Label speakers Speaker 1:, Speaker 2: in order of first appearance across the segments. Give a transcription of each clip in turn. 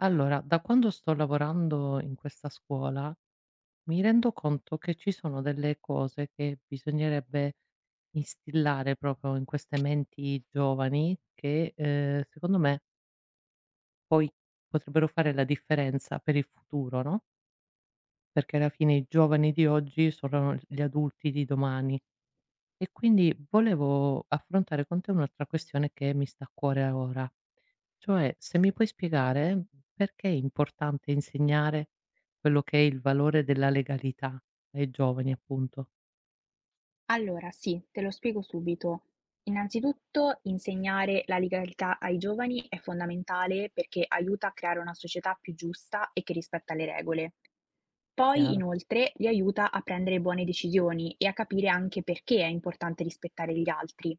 Speaker 1: Allora, da quando sto lavorando in questa scuola, mi rendo conto che ci sono delle cose che bisognerebbe instillare proprio in queste menti giovani che, secondo me poi potrebbero fare la differenza per il futuro, no, perché alla fine i giovani di oggi sono gli adulti di domani. E quindi volevo affrontare con te un'altra questione che mi sta a cuore ora, cioè se mi puoi spiegare perché è importante insegnare quello che è il valore della legalità ai giovani appunto,
Speaker 2: Allora, sì, te lo spiego subito. Innanzitutto, insegnare la legalità ai giovani è fondamentale perché aiuta a creare una società più giusta e che rispetta le regole. Poi,
Speaker 1: chiaro.
Speaker 2: inoltre, li aiuta a prendere buone decisioni e a capire anche perché è importante rispettare gli altri.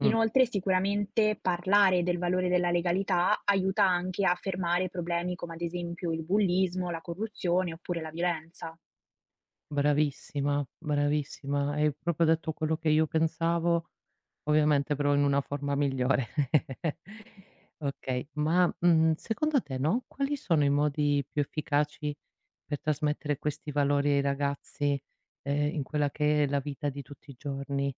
Speaker 1: Mh,
Speaker 2: Inoltre, sicuramente parlare del valore della legalità aiuta anche a fermare problemi come ad esempio il bullismo, la corruzione oppure la violenza.
Speaker 1: bravissima, bravissima, hai proprio detto quello che io pensavo, ovviamente però in una forma migliore. Okay, ma, secondo te, no, quali sono i modi più efficaci per trasmettere questi valori ai ragazzi, in quella che è la vita di tutti i giorni.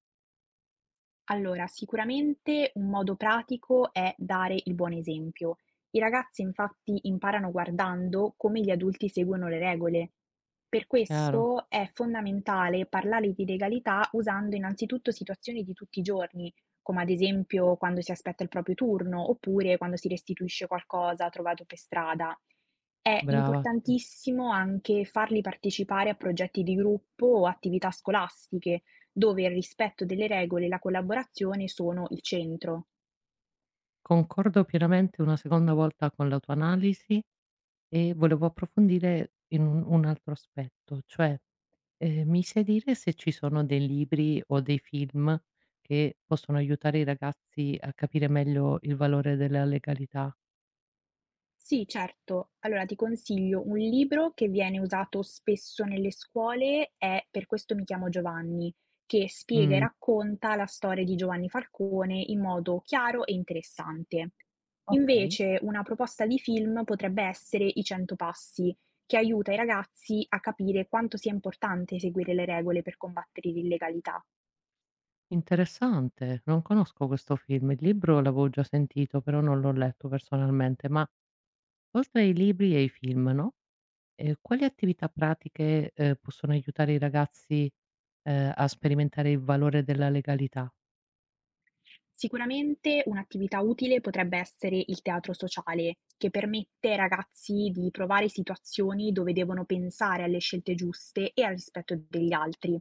Speaker 2: Allora, sicuramente un modo pratico è dare il buon esempio. I ragazzi infatti imparano guardando come gli adulti seguono le regole. Per
Speaker 1: Chiaro.
Speaker 2: questo è fondamentale parlare di legalità usando innanzitutto situazioni di tutti i giorni, come ad esempio quando si aspetta il proprio turno oppure quando si restituisce qualcosa trovato per strada. È
Speaker 1: Brava, sì.
Speaker 2: importantissimo anche farli partecipare a progetti di gruppo o attività scolastiche dove il rispetto delle regole e la collaborazione sono il centro.
Speaker 1: Concordo pienamente una seconda volta con la tua analisi e volevo approfondire in un altro aspetto, cioè, mi sai dire se ci sono dei libri o dei film che possono aiutare i ragazzi a capire meglio il valore della legalità?
Speaker 2: Sì, certo. Allora ti consiglio un libro che viene usato spesso nelle scuole, è Per questo mi chiamo Giovanni, che spiega e
Speaker 1: Mh,
Speaker 2: racconta la storia di Giovanni Falcone in modo chiaro e interessante.
Speaker 1: okay.
Speaker 2: Invece, una proposta di film potrebbe essere I 100 passi, che aiuta i ragazzi a capire quanto sia importante seguire le regole per combattere l'illegalità.
Speaker 1: Interessante, non conosco questo film. Il libro l'avevo già sentito, però non l'ho letto personalmente. Ma oltre ai libri e ai film, no, quali attività pratiche, possono aiutare i ragazzi, a sperimentare il valore della legalità?
Speaker 2: Sicuramente un'attività utile potrebbe essere il teatro sociale, che permette ai ragazzi di provare situazioni dove devono pensare alle scelte giuste e al rispetto degli altri.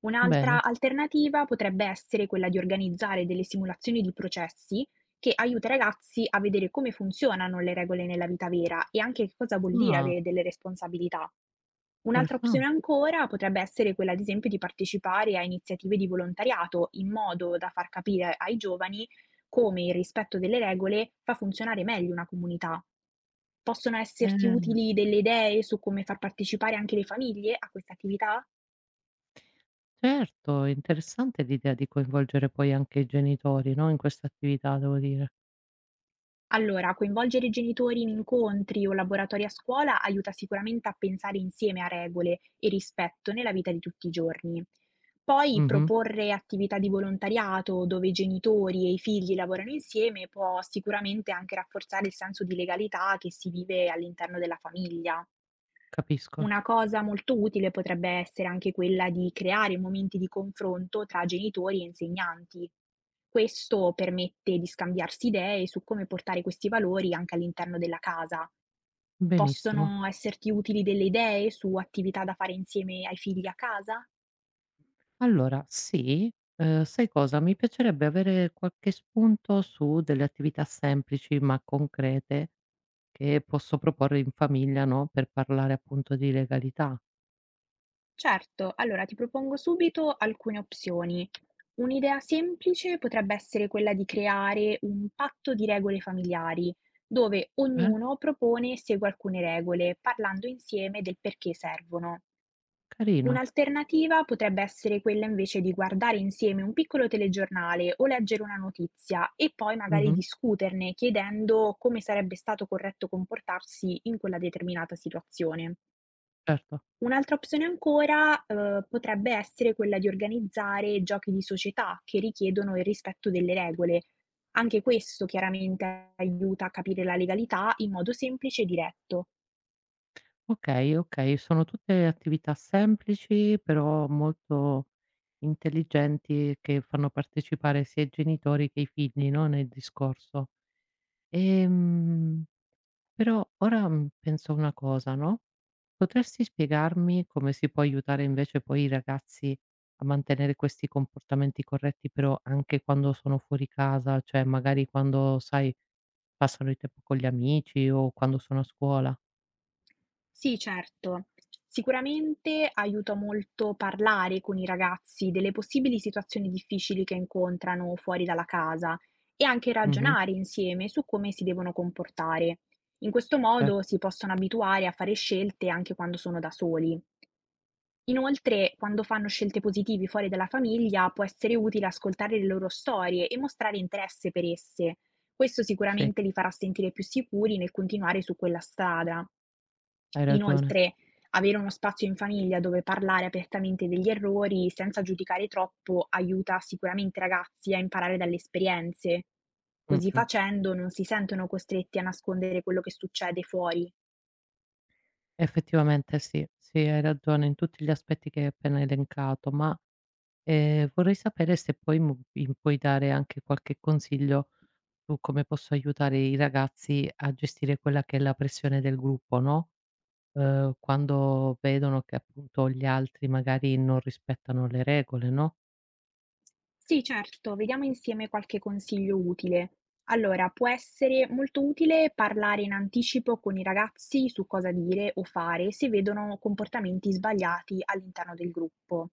Speaker 2: Un'altra
Speaker 1: Bene.
Speaker 2: alternativa potrebbe essere quella di organizzare delle simulazioni di processi che aiuta i ragazzi a vedere come funzionano le regole nella vita vera e anche che cosa vuol dire
Speaker 1: Ah,
Speaker 2: avere delle responsabilità. Un'altra opzione
Speaker 1: interessante.
Speaker 2: ancora potrebbe essere quella ad esempio di partecipare a iniziative di volontariato, in modo da far capire ai giovani come il rispetto delle regole fa funzionare meglio una comunità. Possono esserti
Speaker 1: Ehm,
Speaker 2: utili delle idee su come far partecipare anche le famiglie a queste attività?
Speaker 1: certo, è interessante l'idea di coinvolgere poi anche i genitori, no, in questa attività, devo dire.
Speaker 2: Allora, coinvolgere i genitori in incontri o laboratori a scuola aiuta sicuramente a pensare insieme a regole e rispetto nella vita di tutti i giorni. Poi
Speaker 1: Mh-mh,
Speaker 2: proporre attività di volontariato dove i genitori e i figli lavorano insieme può sicuramente anche rafforzare il senso di legalità che si vive all'interno della famiglia.
Speaker 1: capisco.
Speaker 2: Una cosa molto utile potrebbe essere anche quella di creare momenti di confronto tra genitori e insegnanti. Questo permette di scambiarsi idee su come portare questi valori anche all'interno della casa.
Speaker 1: Benissimo.
Speaker 2: Possono esserti utili delle idee su attività da fare insieme ai figli a casa?
Speaker 1: Allora sì, sai cosa, mi piacerebbe avere qualche spunto su delle attività semplici ma concrete che posso proporre in famiglia, no, per parlare appunto di legalità.
Speaker 2: Certo, allora ti propongo subito alcune opzioni. Un'idea semplice potrebbe essere quella di creare un patto di regole familiari, dove
Speaker 1: Eh?
Speaker 2: ognuno propone e segue alcune regole, parlando insieme del perché servono.
Speaker 1: Carino.
Speaker 2: Un'alternativa potrebbe essere quella invece di guardare insieme un piccolo telegiornale o leggere una notizia e poi magari
Speaker 1: Mh-mh.
Speaker 2: discuterne chiedendo come sarebbe stato corretto comportarsi in quella determinata situazione.
Speaker 1: Certo.
Speaker 2: Un'altra opzione ancora, potrebbe essere quella di organizzare giochi di società che richiedono il rispetto delle regole. Anche questo chiaramente aiuta a capire la legalità in modo semplice e diretto.
Speaker 1: Okay, okay, sono tutte attività semplici però molto intelligenti che fanno partecipare sia i genitori che i figli, no, nel discorso. Ehm Però ora, penso a una cosa, no, potresti spiegarmi come si può aiutare invece poi i ragazzi a mantenere questi comportamenti corretti, però anche quando sono fuori casa, cioè magari quando, sai, passano il tempo con gli amici o quando sono a scuola.
Speaker 2: Sì, certo. Sicuramente aiuta molto parlare con i ragazzi delle possibili situazioni difficili che incontrano fuori dalla casa e anche
Speaker 1: Mh-mh,
Speaker 2: ragionare insieme su come si devono comportare. In questo modo
Speaker 1: certo,
Speaker 2: si possono abituare a fare scelte anche quando sono da soli. Inoltre, quando fanno scelte positive fuori dalla famiglia, può essere utile ascoltare le loro storie e mostrare interesse per esse, questo
Speaker 1: sì,
Speaker 2: sicuramente li farà sentire più sicuri nel continuare su quella strada.
Speaker 1: hai ragione.
Speaker 2: Inoltre, avere uno spazio in famiglia dove parlare apertamente degli errori senza giudicare troppo aiuta sicuramente i ragazzi a imparare dalle esperienze. Così
Speaker 1: Mh-mh.
Speaker 2: facendo non si sentono costretti a nascondere quello che succede fuori.
Speaker 1: Effettivamente sì, sì, hai ragione in tutti gli aspetti che hai appena elencato, ma, vorrei sapere se poi mu mi puoi dare anche qualche consiglio tu come posso aiutare i ragazzi a gestire quella che è la pressione del gruppo, no, quando vedono che appunto gli altri magari non rispettano le regole, no?
Speaker 2: Sì, certo, vediamo insieme qualche consiglio utile. Allora, può essere molto utile parlare in anticipo con i ragazzi su cosa dire o fare se vedono comportamenti sbagliati all'interno del gruppo.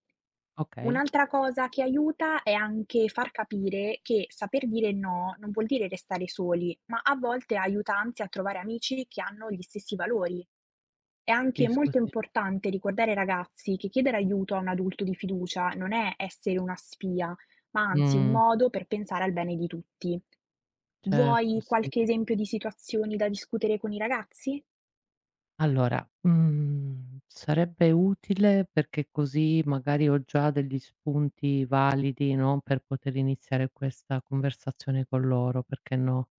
Speaker 1: Okay,
Speaker 2: Un'altra cosa che aiuta è anche far capire che saper dire no non vuol dire restare soli, ma a volte aiuta anzi a trovare amici che hanno gli stessi valori. È anche
Speaker 1: capisco,
Speaker 2: molto
Speaker 1: sì.
Speaker 2: importante ricordare ai ragazzi che chiedere aiuto a un adulto di fiducia non è essere una spia, ma anzi un
Speaker 1: Mh,
Speaker 2: modo per pensare al bene di tutti.
Speaker 1: certo,
Speaker 2: Vuoi
Speaker 1: sì, sì.
Speaker 2: qualche esempio di situazioni da discutere con i ragazzi?
Speaker 1: Allora, sarebbe utile perché così magari ho già degli spunti validi, no, per poter iniziare questa conversazione con loro, perché no?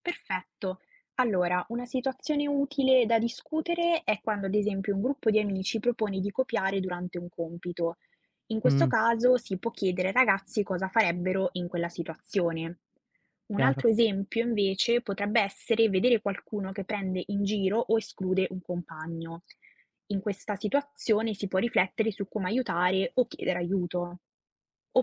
Speaker 2: Perfetto. Allora, una situazione utile da discutere è quando, ad esempio, un gruppo di amici propone di copiare durante un compito. In questo
Speaker 1: Mh,
Speaker 2: caso si può chiedere ai ragazzi cosa farebbero in quella situazione. Un altro
Speaker 1: chiaro,
Speaker 2: esempio invece potrebbe essere vedere qualcuno che prende in giro o esclude un compagno. In questa situazione si può riflettere su come aiutare o chiedere aiuto.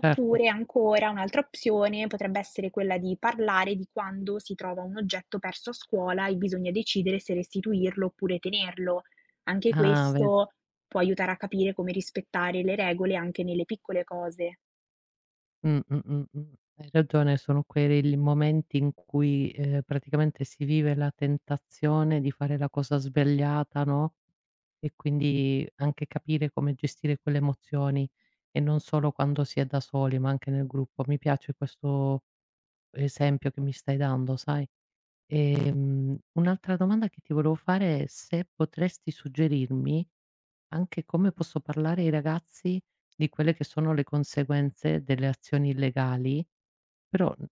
Speaker 1: certo.
Speaker 2: ancora un'altra opzione potrebbe essere quella di parlare di quando si trova un oggetto perso a scuola e bisogna decidere se restituirlo oppure tenerlo. Anche
Speaker 1: Ah, ve
Speaker 2: questo può aiutare a capire come rispettare le regole anche nelle piccole cose.
Speaker 1: Mh. Hai ragione, sono quei l momenti in cui, praticamente si vive la tentazione di fare la cosa sbagliata, no, e quindi anche capire come gestire quelle emozioni e non solo quando si è da soli, ma anche nel gruppo. Mi piace questo esempio che mi stai dando, sai? Un'altra domanda che ti volevo fare è se potresti suggerirmi anche come posso parlare ai ragazzi di quelle che sono le conseguenze delle azioni illegali, però n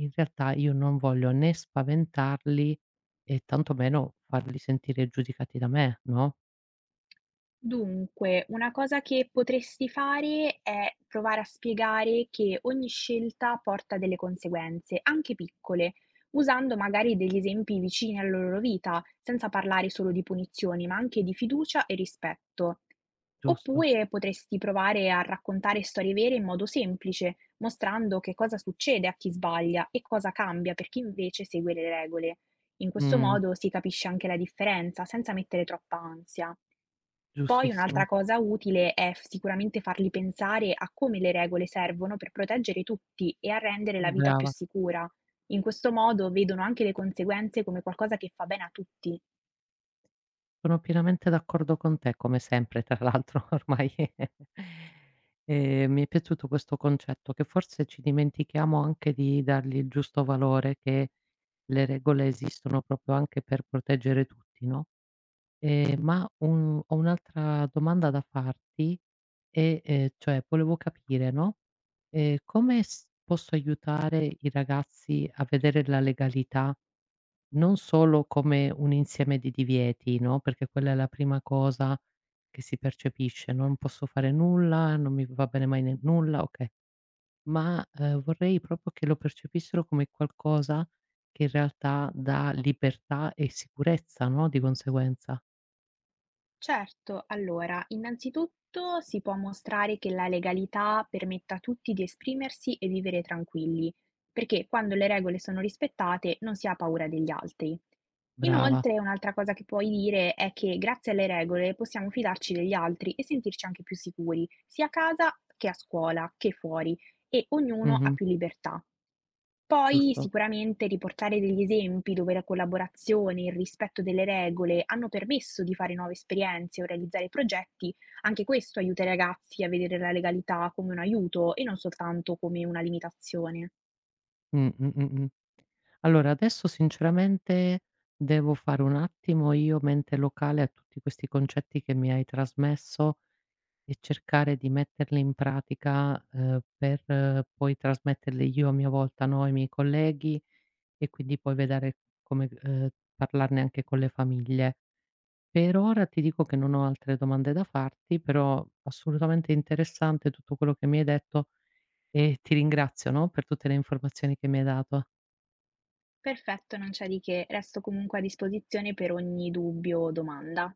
Speaker 1: in realtà io non voglio né spaventarli e tantomeno farli sentire giudicati da me, no,
Speaker 2: Dunque, una cosa che potresti fare è provare a spiegare che ogni scelta porta delle conseguenze, anche piccole, usando magari degli esempi vicini alla loro vita, senza parlare solo di punizioni, ma anche di fiducia e rispetto.
Speaker 1: giusto?
Speaker 2: Oppure potresti provare a raccontare storie vere in modo semplice, mostrando che cosa succede a chi sbaglia e cosa cambia per chi invece segue le regole. In questo
Speaker 1: Mh,
Speaker 2: modo si capisce anche la differenza, senza mettere troppa ansia. Poi un'altra
Speaker 1: giustissimo.
Speaker 2: cosa utile è f sicuramente farli pensare a come le regole servono per proteggere tutti e a rendere la
Speaker 1: Mh,
Speaker 2: vita più
Speaker 1: brava.
Speaker 2: sicura. In questo modo vedono anche le conseguenze come qualcosa che fa bene a tutti.
Speaker 1: Sono pienamente d'accordo con te, come sempre tra l'altro, ormai. Mi è piaciuto questo concetto, che forse ci dimentichiamo anche di dargli il giusto valore, che le regole esistono proprio anche per proteggere tutti, no? Ma un ho un'altra domanda da farti e, cioè volevo capire, no, come s posso aiutare i ragazzi a vedere la legalità non solo come un insieme di divieti, no, perché quella è la prima cosa che si percepisce: no? "Non posso fare nulla, non mi va bene mai ne nulla", okay, ma, vorrei proprio che lo percepissero come qualcosa che in realtà dà libertà e sicurezza, no, di conseguenza.
Speaker 2: Certo, allora, innanzitutto si può mostrare che la legalità permette a tutti di esprimersi e vivere tranquilli, perché quando le regole sono rispettate non si ha paura degli altri.
Speaker 1: Brava.
Speaker 2: Inoltre, un'altra cosa che puoi dire è che grazie alle regole possiamo fidarci degli altri e sentirci anche più sicuri, sia a casa che a scuola, che fuori, e ognuno ha
Speaker 1: Mh-mh.
Speaker 2: più libertà. Poi
Speaker 1: Giusto.
Speaker 2: sicuramente riportare degli esempi dove la collaborazione e il rispetto delle regole hanno permesso di fare nuove esperienze o realizzare progetti, anche questo aiuta i ragazzi a vedere la legalità come un aiuto e non soltanto come una limitazione.
Speaker 1: Mh, mh, mh, mh. Allora adesso sinceramente devo fare un attimo io mente locale a tutti questi concetti che mi hai trasmesso e cercare di metterli in pratica, per poi trasmetterli io a mia volta, no, ai miei colleghi e quindi poi vedere come, parlarne anche con le famiglie. Per ora ti dico che non ho altre domande da farti, però assolutamente interessante tutto quello che mi hai detto e ti ringrazio, no, per tutte le informazioni che mi hai dato.
Speaker 2: Perfetto, non c'è di che, resto comunque a disposizione per ogni dubbio o domanda.